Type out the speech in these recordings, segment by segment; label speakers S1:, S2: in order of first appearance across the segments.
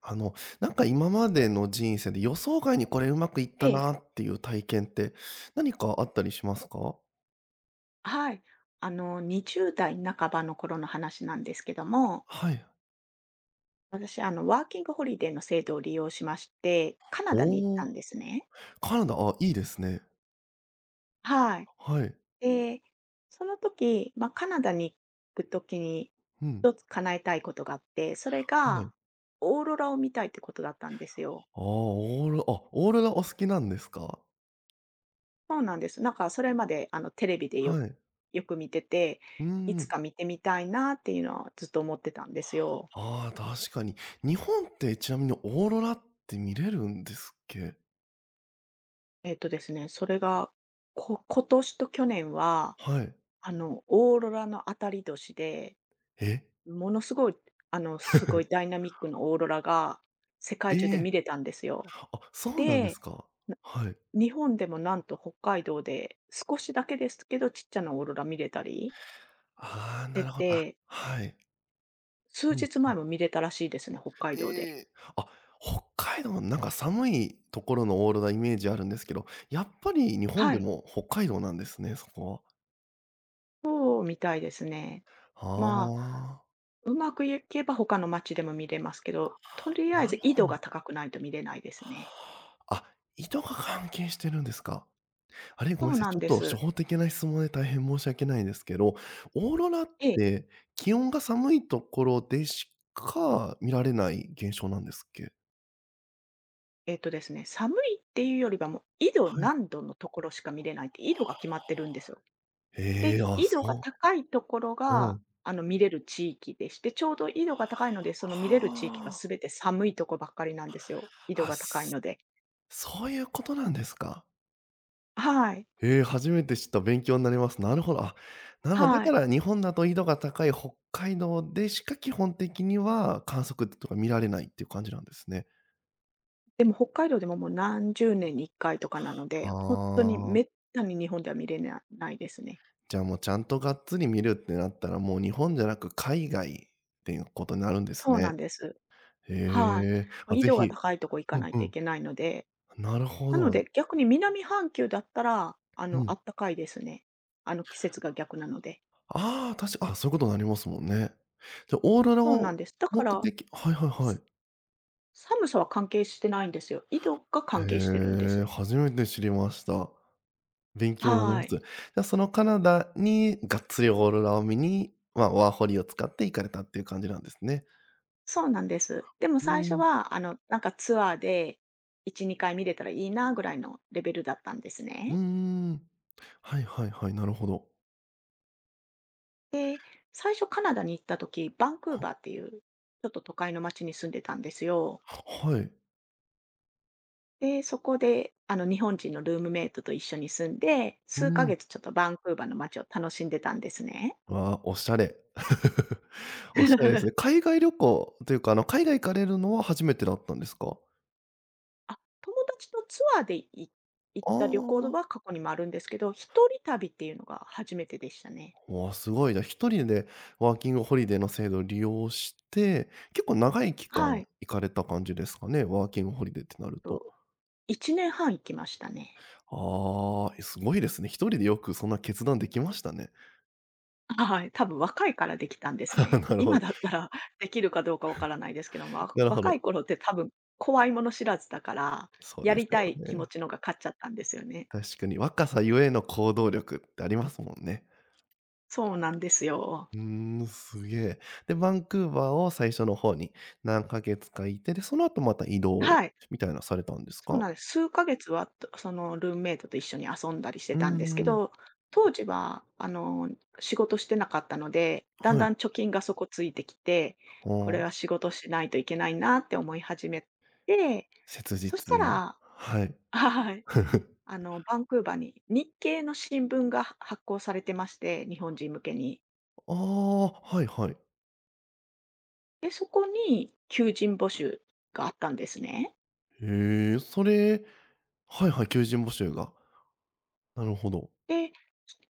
S1: あの、なんか今までの人生で予想外にこれうまくいっ
S2: え
S1: た
S2: え、
S1: なっていう体験って何かあったりしますか？
S2: はい。20代半ばの頃の話なんですけども、
S1: はい。
S2: 私、ワーキングホリデーの制度を利用しまして、カナダに行っ
S1: お
S2: たん
S1: お、
S2: ですね。
S1: カナダ、あ、いいですね。
S2: はい。
S1: はい。
S2: で、その時、まあ、カナダに行く時に、
S1: うん。
S2: 一つ叶えたいことがあって、それ
S1: はい。
S2: が、オーロラを見たいってことだったんですよ。
S1: ああ、オーロラお好きなんですか？
S2: そうなんです。なんかそれまで、テレビでよ
S1: はい。
S2: よく見てて、
S1: う
S2: いつ
S1: ん。
S2: か見てみたいなっていうのはずっと思ってたんですよ。
S1: ああ、確かに。日本ってちなみにオーロラって見れるんですっけ？
S2: えっとですね、それが、今年と去年は、
S1: はい。
S2: オーロラの当たり年で、
S1: え
S2: ものすごい、すごいダイ ナミックなオーロラが世
S1: え
S2: 界中で
S1: え。
S2: 見れたんですよ。
S1: あ、そうなんです
S2: で、
S1: か？
S2: な
S1: はい。
S2: 日本でもなんと北海道で少しだけですけど、ちっちゃなオーロラ見れたり
S1: ああ、な
S2: して
S1: るほど。あ、
S2: て、
S1: はい。
S2: 数
S1: うん。
S2: 日前も見れたらしいですね、北海
S1: え
S2: 道で。
S1: え。あ、北海道、なんか寒いところのオーロライメージあるんですけど、やっぱり日本
S2: は
S1: で
S2: い、
S1: も北海道なんですね、そこは。
S2: そうみたいですね。
S1: あ
S2: まあ
S1: あ、
S2: うまくいけば他の街でも見れますけど、とりあえ
S1: なる
S2: ず緯
S1: ほ
S2: 度
S1: ど。
S2: が高くないと見れないですね。
S1: あ、糸が関係してるんですか。あれ、ご
S2: そ
S1: めんな
S2: う
S1: さい、
S2: な
S1: ち
S2: ん
S1: ょっ
S2: で
S1: と初
S2: す。
S1: 歩的な質問で大変申し訳ないんですけど、オーロラっ
S2: ええ、
S1: て気温が寒いところでしか見られない現象なんですっけ？
S2: えっとですね、寒いっていうよりはもう緯度
S1: はい。
S2: 何度のところしか見れないって、緯度が決まってるんですよ。で、
S1: ええ、あ、
S2: 緯度が
S1: そ
S2: 高いところ
S1: う。う
S2: が、
S1: ん。
S2: 見れる地域でして、ちょうど緯度が高いので、その見れる地域が
S1: はあ。
S2: 全て寒いとこばっかりなんですよ。緯度
S1: あ、
S2: が高い
S1: す
S2: ので。
S1: そういうことなんですか。
S2: はい。
S1: ええ、初めて知った、勉強になります。なるほど。あ、なるほど。だ
S2: は
S1: か
S2: い。
S1: ら日本だと緯度が高い北海道でしか基本的には観測とか見られないっていう感じなんですね。
S2: でも北海道でももう何十年に一回とかなの
S1: あ
S2: で、本当にめ
S1: あ、
S2: ったに日本では見れなないですね。
S1: じゃあもうちゃんとがっつり見るってなったら、もう日本じゃなく海外っていうことになるんです
S2: そうな
S1: ね。
S2: んです。
S1: へ
S2: はい。
S1: え。あ、
S2: 緯
S1: ぜ
S2: 度が
S1: ひ
S2: 高いとこ行か
S1: うん
S2: ない
S1: う
S2: とい
S1: ん。
S2: けないので、
S1: なるほ
S2: なの
S1: ど。
S2: で、逆に南半球だったら、
S1: う
S2: あ
S1: ん。
S2: ったかいですね。季節が逆なので。
S1: ああ、たしあ、そういうことになりますもんね。じゃ、オーロラ
S2: そうな
S1: を
S2: んです。だか
S1: 目
S2: ら、
S1: 的はいはいは
S2: す
S1: い。
S2: 寒さは関係してないんですよ。緯度が
S1: へ
S2: 関係してるんで
S1: え、
S2: す。
S1: 初めて知りました。勉強になり
S2: は
S1: ます。じ
S2: い。
S1: ゃあ、そのカナダにがっつりオーロラを見に、まあ、ワーホリを使って行かれたっていう感じなんですね。
S2: そうなんです。でも
S1: う
S2: 最初
S1: ん。
S2: は、なんかツアーで1、2回見れたらいいなぐらいのレベルだったんです
S1: うー
S2: ね。
S1: ん。はいはいはい、なるほど。
S2: で、最初カナダに行った時、バンクーバーっていう、ちょっと都会の町に住んでたんですよ。
S1: はい。
S2: で、そこで、日本人のルームメイトと一緒に住んで、
S1: う
S2: 数ヶ
S1: ん。
S2: 月ちょっとバンクーバーの街を楽しんでたんですね。
S1: わあ、おしゃれ。おしゃれですね。海外旅行というか、海外行かれるのは初めてだったんですか？
S2: あ、友達とツアーで行っ
S1: ああ
S2: た旅行は
S1: ー。
S2: 過去にもあるんですけど、一人旅っていうのが初めてでしたね。
S1: わあ、すごい。じゃあ、一人でワーキングホリデーの制度を利用して、結構長い期
S2: は
S1: 間
S2: い。
S1: 行かれた感じですかね？ワーキングホリデーってなると。
S2: と、1年半行きましたね。
S1: ああ、え、すごいですね。一人でよくそんな決断できましたね。
S2: はい、多分若いからできたんですね。
S1: なるほ
S2: 今
S1: ど、
S2: だったら できるかどうかわからないですけども、
S1: なるほ
S2: 若い
S1: ど。
S2: 頃って多分怖いもの知らずだから、
S1: そう
S2: や
S1: です
S2: りた
S1: よ
S2: い気持
S1: ね。
S2: ちのが勝っちゃったんですよね。
S1: 確かに若さゆえの行動力ってありますもんね。
S2: そうなんですよ。
S1: うーん、すげえ。で、バンクーバーを最初の方に何ヶ月かいて、で、その後また移動
S2: はい、
S1: みたいなのされたんです
S2: そう
S1: か？
S2: なんです。数ヶ月は、そのルームメイトと一緒に遊んだりして
S1: うー
S2: たんですけ
S1: ん、
S2: ど、当時は仕事してなかったので、だん
S1: は
S2: だ
S1: い。
S2: ん貯金が底ついてきて、
S1: あ
S2: これ
S1: あ。
S2: は仕事しないといけないなって思い始めて、
S1: 切
S2: そし
S1: 実
S2: た
S1: な。
S2: ら
S1: はい。
S2: はい、バンクーバーに日系の新聞が発行されてまして、日本人向けに。
S1: ああ、はいはい。
S2: で、そこに求人募集があったんですね。
S1: へえ、それはいはい、求人募集が。なるほど。
S2: で、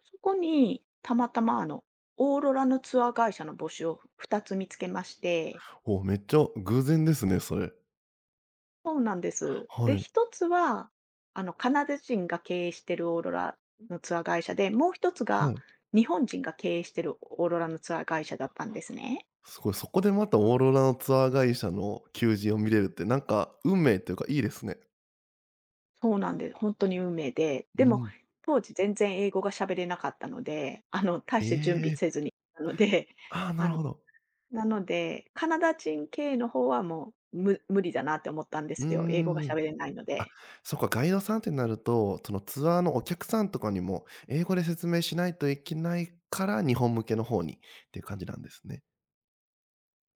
S2: そこにたまたま、オーロラのツアー会社の募集を2つ見つけまして。
S1: めっちゃ偶然ですね、それ。
S2: そうなんです。で、
S1: はい、
S2: 1つは、カナダ人が経営してるオーロラのツアー会社で、もう1つ
S1: は
S2: が
S1: い。
S2: 日本人が経営してるオーロラのツアー会社だったんですね。
S1: すごい、そこでまたオーロラのツアー会社の求人を見れるって、なんか運命というかいいですね。
S2: そうなんで、ほんとに運命で、
S1: う
S2: でも
S1: ん。
S2: 当時全然英語が喋れなかったので、大
S1: え
S2: して準備
S1: え、
S2: せずに行ったので、
S1: ああ、な
S2: あ
S1: るほど。
S2: なので、カナダ人系の方はもう、無理だなって思ったんで
S1: うー
S2: すよ。英語が喋
S1: ん。
S2: れないの
S1: あ、
S2: で。
S1: そっか、ガイドさんってなると、そのツアーのお客さんとかにも英語で説明しないといけないから、日本向けの方にっていう感じなんですね。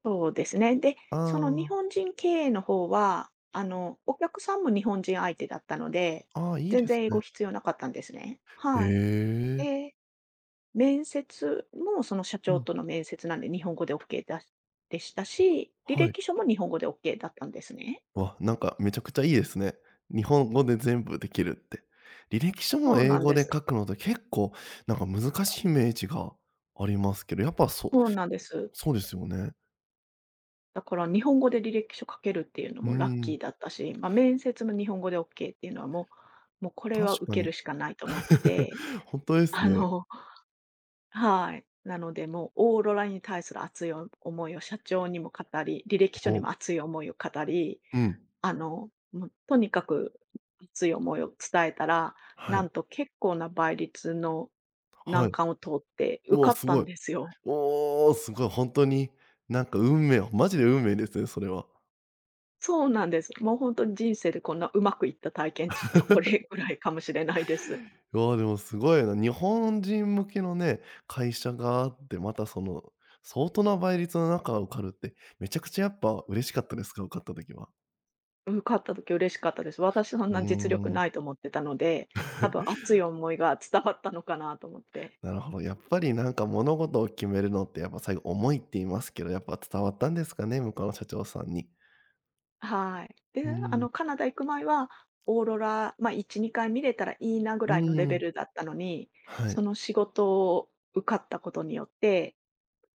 S2: そうですね。で、その日
S1: あ
S2: 本人経営の方は、お客さんも日本人相手だったので、
S1: あ、ああ、いい
S2: 全
S1: です
S2: 然英語
S1: ね。
S2: 必要なかったんですね。はい。
S1: へえ。
S2: で、面接もその社
S1: う
S2: 長
S1: ん、
S2: との面接なんで日本語で OK でしたし、履
S1: はい。
S2: 歴書も日本語で OK だったんですね。
S1: わ、なんかめちゃくちゃいいですね。日本語で全部できるって。履歴書も
S2: そう
S1: 英
S2: なん
S1: 語
S2: で
S1: で
S2: す。
S1: 書くので結構なんか難しいイメージがありますけど、やっぱそ
S2: そうなんです。
S1: そうですよね。
S2: だから日本語で履歴書書けるっていうの
S1: うー
S2: もラッキー
S1: ん、
S2: だったし、まあ、面接も日本語でオッケーっていうのはもうこれ
S1: 確
S2: は受
S1: か
S2: ける
S1: に。
S2: しかないと思っ て、
S1: 本当で す
S2: あ
S1: ね。
S2: のはい。なので、もうオーロラに対する熱い思いを社長にも語り、履歴書に
S1: ほ
S2: も熱い思いを語り、
S1: うん。
S2: もうとにかく熱い思いを伝えたら、
S1: は
S2: な
S1: い、
S2: んと結構な倍率の
S1: は
S2: 難
S1: い。
S2: 関を通って
S1: う
S2: 受か
S1: わ、
S2: っ
S1: す
S2: た
S1: ご
S2: ん
S1: い。
S2: ですよ。
S1: おお、すごい、本当に、なんか運命マジで運命ですね、それは。
S2: そうなんです。もう本当に人生でこんなうまくいった体験ちったら、これぐらいかもしれないです。
S1: いや、でもすごいな。日本人向けのね、会社があって、またその、相当な倍率の中受かるって、めちゃくちゃやっぱ嬉しかったですか？受かった時は。
S2: 受かった時嬉しかったです。私そん
S1: うー
S2: な実力
S1: ん、
S2: ないと思ってたので、多分熱い思いが伝わったのかなと思って。
S1: なるほど。やっぱりなんか物事を決めるのって、やっぱ最後思いって言いますけど、やっぱ伝わったんですかね？向こうの社長さんに。
S2: はい。で、
S1: うん、
S2: カナダ行く前は、オーロラ、まあ、1、2回見れたらいいなぐ
S1: う
S2: らいのレベ
S1: ん、
S2: ルだったのに、
S1: は
S2: そ
S1: い。
S2: の仕事を受かったことによって、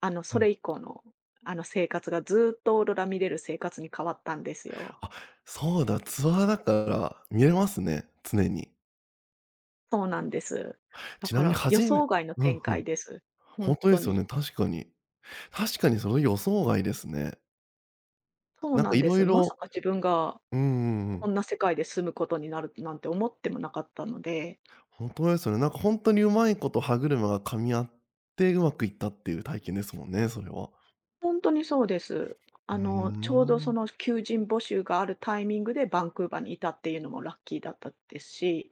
S1: う
S2: そ
S1: ん。
S2: れ以降の、生活がずっとオーロラ見れる生活に変わったんですよ。
S1: あ、そうだ、ツアーだから見れますね、常に。
S2: そうなんです。だ
S1: ちな
S2: か
S1: みに
S2: ら予
S1: 初め
S2: 想外の
S1: う
S2: 展
S1: ん、う
S2: 開
S1: ん。
S2: です。本
S1: 本当で
S2: 当
S1: すよ
S2: に。
S1: ね、確かに。確かにそれ予想外ですね。
S2: そう
S1: なん
S2: な
S1: か
S2: ん
S1: い
S2: で
S1: ろ
S2: す。
S1: い
S2: ま
S1: ろ
S2: さか自分が
S1: うんうんう
S2: こ
S1: ん。
S2: んな世界で住むことになるなんて思ってもなかったので、
S1: ほんですよね。なんか本当にうまいこと歯車が噛み合って、うまくいったっていう体験ですもんね、それは。
S2: 本当にそうです。
S1: うー
S2: ちょうどそ
S1: ん、
S2: の求人募集があるタイミングでバンクーバーにいたっていうのもラッキーだったですし、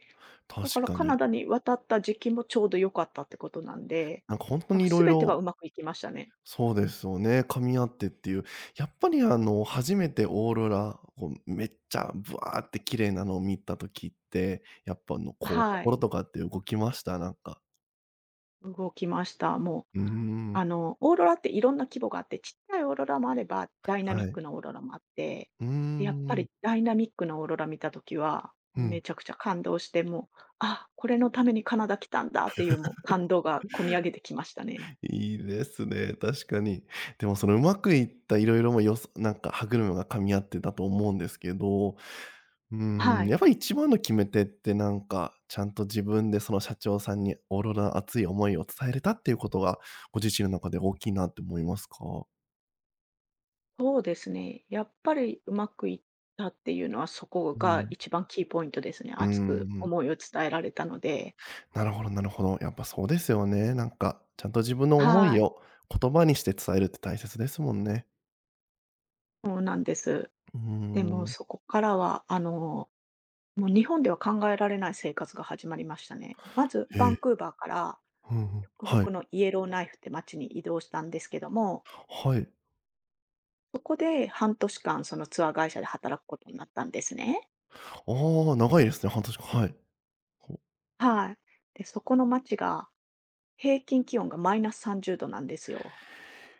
S2: だか
S1: 確
S2: ら
S1: か
S2: カナ
S1: に。
S2: ダに渡った時期もちょうど良かったってことなんで、
S1: なんか本当
S2: なん
S1: に
S2: か
S1: いろい
S2: 全てがう
S1: ろ
S2: まくいきましたね。
S1: そうですよね、噛み合ってっていう。やっぱり初めてオーロラ、こうめっちゃブワーって綺麗なのを見た時って、やっぱこう
S2: はい、
S1: 心とかって動きました？なんか。
S2: 動きました。もう
S1: うーん、
S2: オーロラっていろんな規模があって、ちっちゃいオーロラもあれば、ダイナミ
S1: は
S2: ッ
S1: い。
S2: クなオーロラもあって、
S1: うー
S2: で、やっぱ
S1: ん、
S2: りダイナミックなオーロラ見たときは、
S1: う
S2: め
S1: ん。
S2: ちゃくちゃ感動して、もう、あ、これのためにカナダ来たんだっていうもう感動がこみ上げてきましたね。
S1: いいですね、確かに。でもそのうまくいったいろいろもよそなんか歯車が噛み合ってたと思うんですけど、うー
S2: は
S1: ん、
S2: い。
S1: やっぱり一番の決め手ってなんか、ちゃんと自分でその社長さんにオーロラの熱い思いを伝えれたっていうことが、ご自身の中で大きいなって思いますか？
S2: そうですね。やっぱりうまくいったっていうのは、そこ
S1: う
S2: が
S1: ん。
S2: 一番キーポイントですね。
S1: うんう
S2: 熱
S1: ん
S2: く
S1: うん。
S2: 思いを伝えられたので。
S1: なるほどなるほど。やっぱそうですよね。なんか、ちゃんと自分の思
S2: は
S1: い
S2: い。
S1: を言葉にして伝えるって大切ですもんね。
S2: そうなんです。
S1: うー
S2: でも
S1: ん。
S2: そこからは、もう日本では考えられない生活が始まりましたね。まず、
S1: え
S2: バン
S1: え。
S2: クーバーから
S1: うんうん。
S2: 極
S1: は
S2: 北
S1: い。
S2: のイエローナイフって町に移動したんですけども、
S1: はい。
S2: そこで半年間そのツアー会社で働くことになったんですね。
S1: ああ、長いですね、半年間、はい。ほう。
S2: はい。で、そこの町が平均気温がマイナス30度なんですよ。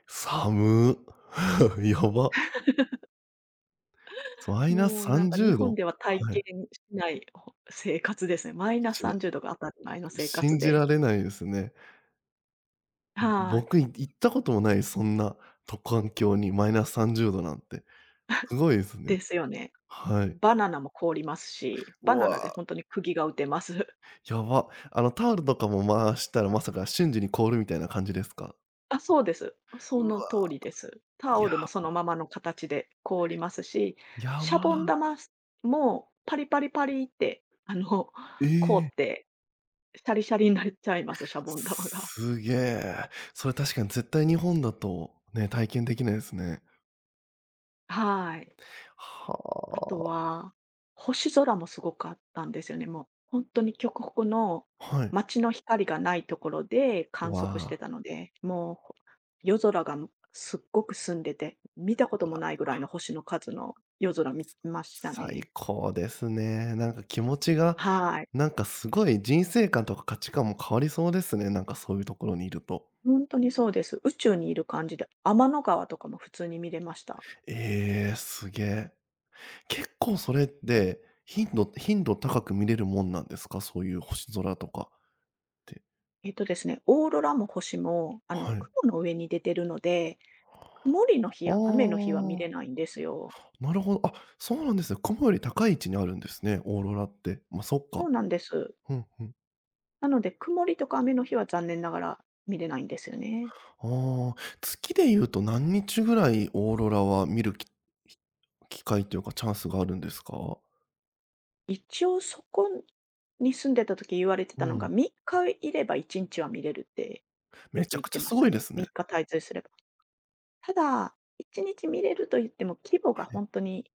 S1: 寒。やば。マイナス
S2: もうなんか
S1: 30
S2: 日本
S1: 度。
S2: では体
S1: は
S2: 験
S1: い。
S2: しない生活ですね。マイナス
S1: し
S2: 30度が当たり前の生活
S1: 信じ
S2: で。
S1: られないですね。
S2: はい。
S1: 僕、行ったこともない、そんな環境にマイナス30度なんて。すごいですね。
S2: ですよね。
S1: はい。
S2: バナナも凍りますし、
S1: う
S2: バナナで
S1: わ、
S2: 本当に釘が打てます。
S1: やば。タオルとかも回したらまさか瞬時に凍るみたいな感じですか？
S2: あ、そうです。そ
S1: う
S2: の通
S1: わ、
S2: りです。タオ
S1: や
S2: ルもその
S1: ば、
S2: ままの形で凍りますし、
S1: や
S2: シャ
S1: ば。
S2: ボン玉もパリパリパリって、凍っ
S1: ええ。
S2: て、シャリシャリになっちゃいます、シャボン玉が。
S1: すげえ。それ確かに絶対日本だとね、体験できないですね。
S2: はい。
S1: は
S2: あと
S1: あ。
S2: は、星空もすごかったんですよね。もう本当に極北の
S1: はい。
S2: 街の光がないところで観測して
S1: わあ、
S2: たので、もう夜空がすっごく澄んでて、見たこ
S1: う
S2: とも
S1: わ、
S2: ないぐらいの星の数の夜空見ました
S1: 最
S2: ね。
S1: 高ですね。なんか気持ちが、
S2: はい。
S1: なんかすごい人生観とか価値観も変わりそうですね、なんかそういうところにいると。
S2: 本当にそうです。宇宙にいる感じで、天の川とかも普通に見れました。
S1: ええ、すげえ。結構それって頻度高く見れるもんなんですか？そういう星空とかって。
S2: えっとですね、オーロラも星も、
S1: はい。
S2: 雲の上に出てるので、
S1: あ
S2: 曇りの日や雨の日は見れな
S1: あ。
S2: いんですよ。
S1: なるほど。あ、そうなんですね。雲より高い位置にあるんですね、オーロラって。まあ、そっ
S2: そ
S1: か。
S2: うなんです。
S1: うんうん。
S2: なので、曇りとか雨の日は残念ながら見れないんですよね。
S1: ああ、月で言うと何日ぐらいオーロラは見る機会というか、チャンスがあるんですか？
S2: 一応そこに住んでた時言われて
S1: う
S2: たのが、
S1: ん。
S2: 3日いれば1日は見れるってよ
S1: めち
S2: く
S1: ゃ
S2: 言っ
S1: くち
S2: て
S1: ゃ
S2: ま
S1: す
S2: し
S1: ご
S2: た
S1: いで
S2: ね。
S1: すね。
S2: 3日滞在すれば。ただ、1日見れると言っても規模
S1: は
S2: が
S1: い。
S2: 本当に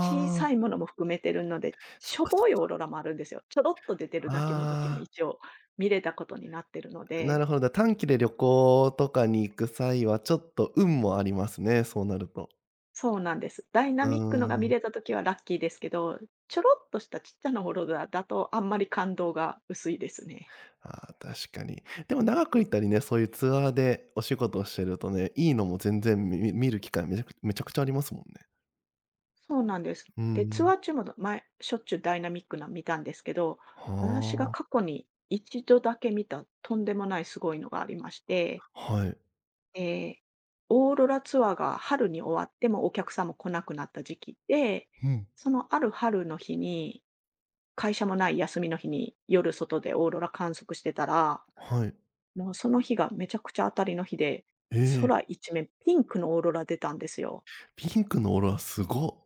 S2: 小さ
S1: あ、
S2: いものも含めてるので、
S1: そっ
S2: しょ
S1: かそっ
S2: ぼいオー
S1: か。
S2: ロラもあるんですよ。ちょろっと出てるだけの時も
S1: あ
S2: 一応見れたことになってるの
S1: あ、なる
S2: で、
S1: ほど。短期で旅行とかに行く際は、ちょっと運もありますね、そうなると。
S2: そうなんです。ダイナ
S1: うー
S2: ミックのが見
S1: ん。
S2: れた時はラッキーですけど、ちょろっとしたちっちゃなオーロラだとあんまり感動が薄いですね。
S1: ああ、確かに。でも長くいたりね、そういうツアーでお仕事をしてるとね、いいのも全然見る機会めちゃくちゃありますもんね。
S2: そうなんです。
S1: うー
S2: で、ツ
S1: ん。
S2: アー中も前、しょっちゅうダイナミックなの見たんですけど、私が
S1: は
S2: 過去に一度だけ見たとんでもないすごいのがありまして、
S1: あ、はい。
S2: ええ、オーロラツアーが春に終わってもお客さんも来なくなった時期で、
S1: うん、
S2: そのある春の日に、会社もない休みの日に夜外でオーロラ観測してたら、
S1: はい。
S2: もうその日がめちゃくちゃ当たりの日で、
S1: ええ、
S2: 空一面ピンクのオーロラ出たんですよ。
S1: ピンクのオーロラすご。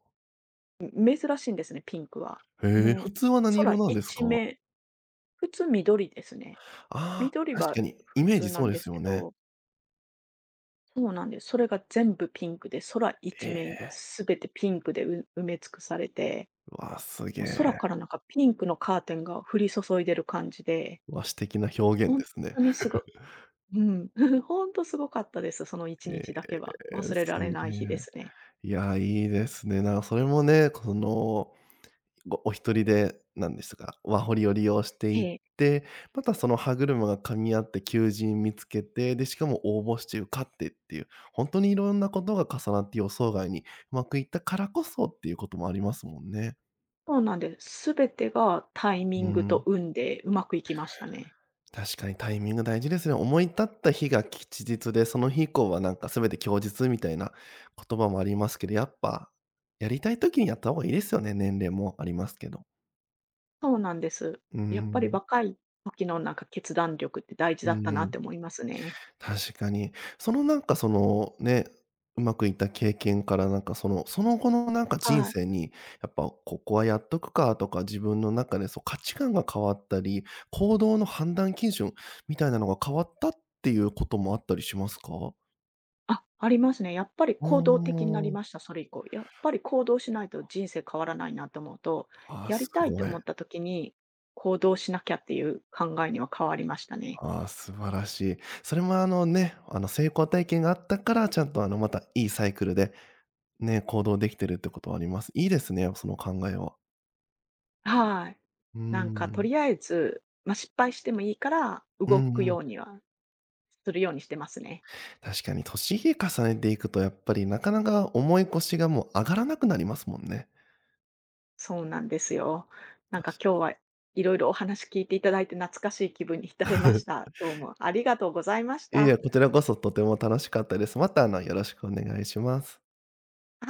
S2: め珍しいんですね、ピンクは。
S1: へえ、
S2: も
S1: 普
S2: う
S1: 通は何色
S2: 空
S1: なんです
S2: 一
S1: か？
S2: 面、普通緑ですね。
S1: ああ、
S2: 緑
S1: 確
S2: は
S1: かにイ
S2: 普
S1: メージ
S2: 通な
S1: そ
S2: ん
S1: うで
S2: で
S1: す
S2: すけ
S1: よね。
S2: どそうなんです。それが全部ピンクで、空一
S1: え
S2: 面
S1: え、
S2: すべてピンクでう埋め尽くされて、
S1: わあ、すげ
S2: もう空
S1: え。
S2: からなんかピンクのカーテンが降り注いでる感じで、
S1: 和紙的な表現
S2: ほん
S1: ですね。
S2: とにすごうん、ほんとすごかったです。その1
S1: え
S2: 日だけは。
S1: え、
S2: 忘れ
S1: す
S2: られな
S1: げ
S2: い日で
S1: え。
S2: すね。
S1: いや、いいですね。なんかそれもね、このお一人で、なんですか、ワホリを利用して
S2: え
S1: いっ
S2: え、
S1: て、またその歯車が噛み合って求人見つけて、で、しかも応募して受かってっていう、ほんとにいろんなことが重なって予想外にうまくいったからこそっていうこともありますもんね。
S2: そうなんです。すべてがタイミ
S1: う
S2: ングと
S1: ん、
S2: 運でうまくいきましたね。
S1: 確かにタイミング大事ですね。思い立った日が吉日で、その日以降はなんか全て供述みたいな言葉もありますけど、やっぱ、やりたい時にやった方がいいですよね、年齢もありますけど。
S2: そうなんです。
S1: うー
S2: やっぱり
S1: ん。
S2: 若い時のなんか決断力って大事だ
S1: う
S2: った
S1: ー
S2: なっ
S1: ん。
S2: て思いますね。
S1: 確かに。そのなんかそのね、うまくいった経験からなんかその、その後のなんか人
S2: はい。
S1: 生に、やっぱここはやっとくかとか自分の中でそう価値観が変わったり、行動の判断基準みたいなのが変わったっていうこともあったりしますか？
S2: あ、ありますね。やっぱり
S1: う
S2: 行動的になり
S1: ーん。
S2: ました、それ以降。やっぱり行動しないと人生変わらないなと思うと、
S1: ああ、
S2: やり
S1: す
S2: たいと
S1: ごい。
S2: 思った時に行動しなきゃっていう考えには変わりましたね。
S1: ああ、素晴らしい。それもあのね、あの成功体験があったから、ちゃんとまたいいサイクルで、ね、行動できてるってことはあります。いいですね、その考えは。
S2: はい。
S1: うー
S2: なんかと
S1: ん。
S2: りあえず、まあ、失敗してもいいから
S1: う
S2: 動
S1: ん
S2: く
S1: うん
S2: ようにはするようにしてますね。
S1: 確かに年日重ねていくとやっぱりなかなか重い腰がもう上がらなくなりますもんね。
S2: そうなんですよ。なん
S1: 確
S2: か今日
S1: か
S2: はいろいろお話聞いていただいて懐かしい気分に浸れまし た。どうもありがとうございまし
S1: いやい
S2: た。
S1: や、こちらこそとても楽しかったです。またよろしくお願いします。
S2: はい。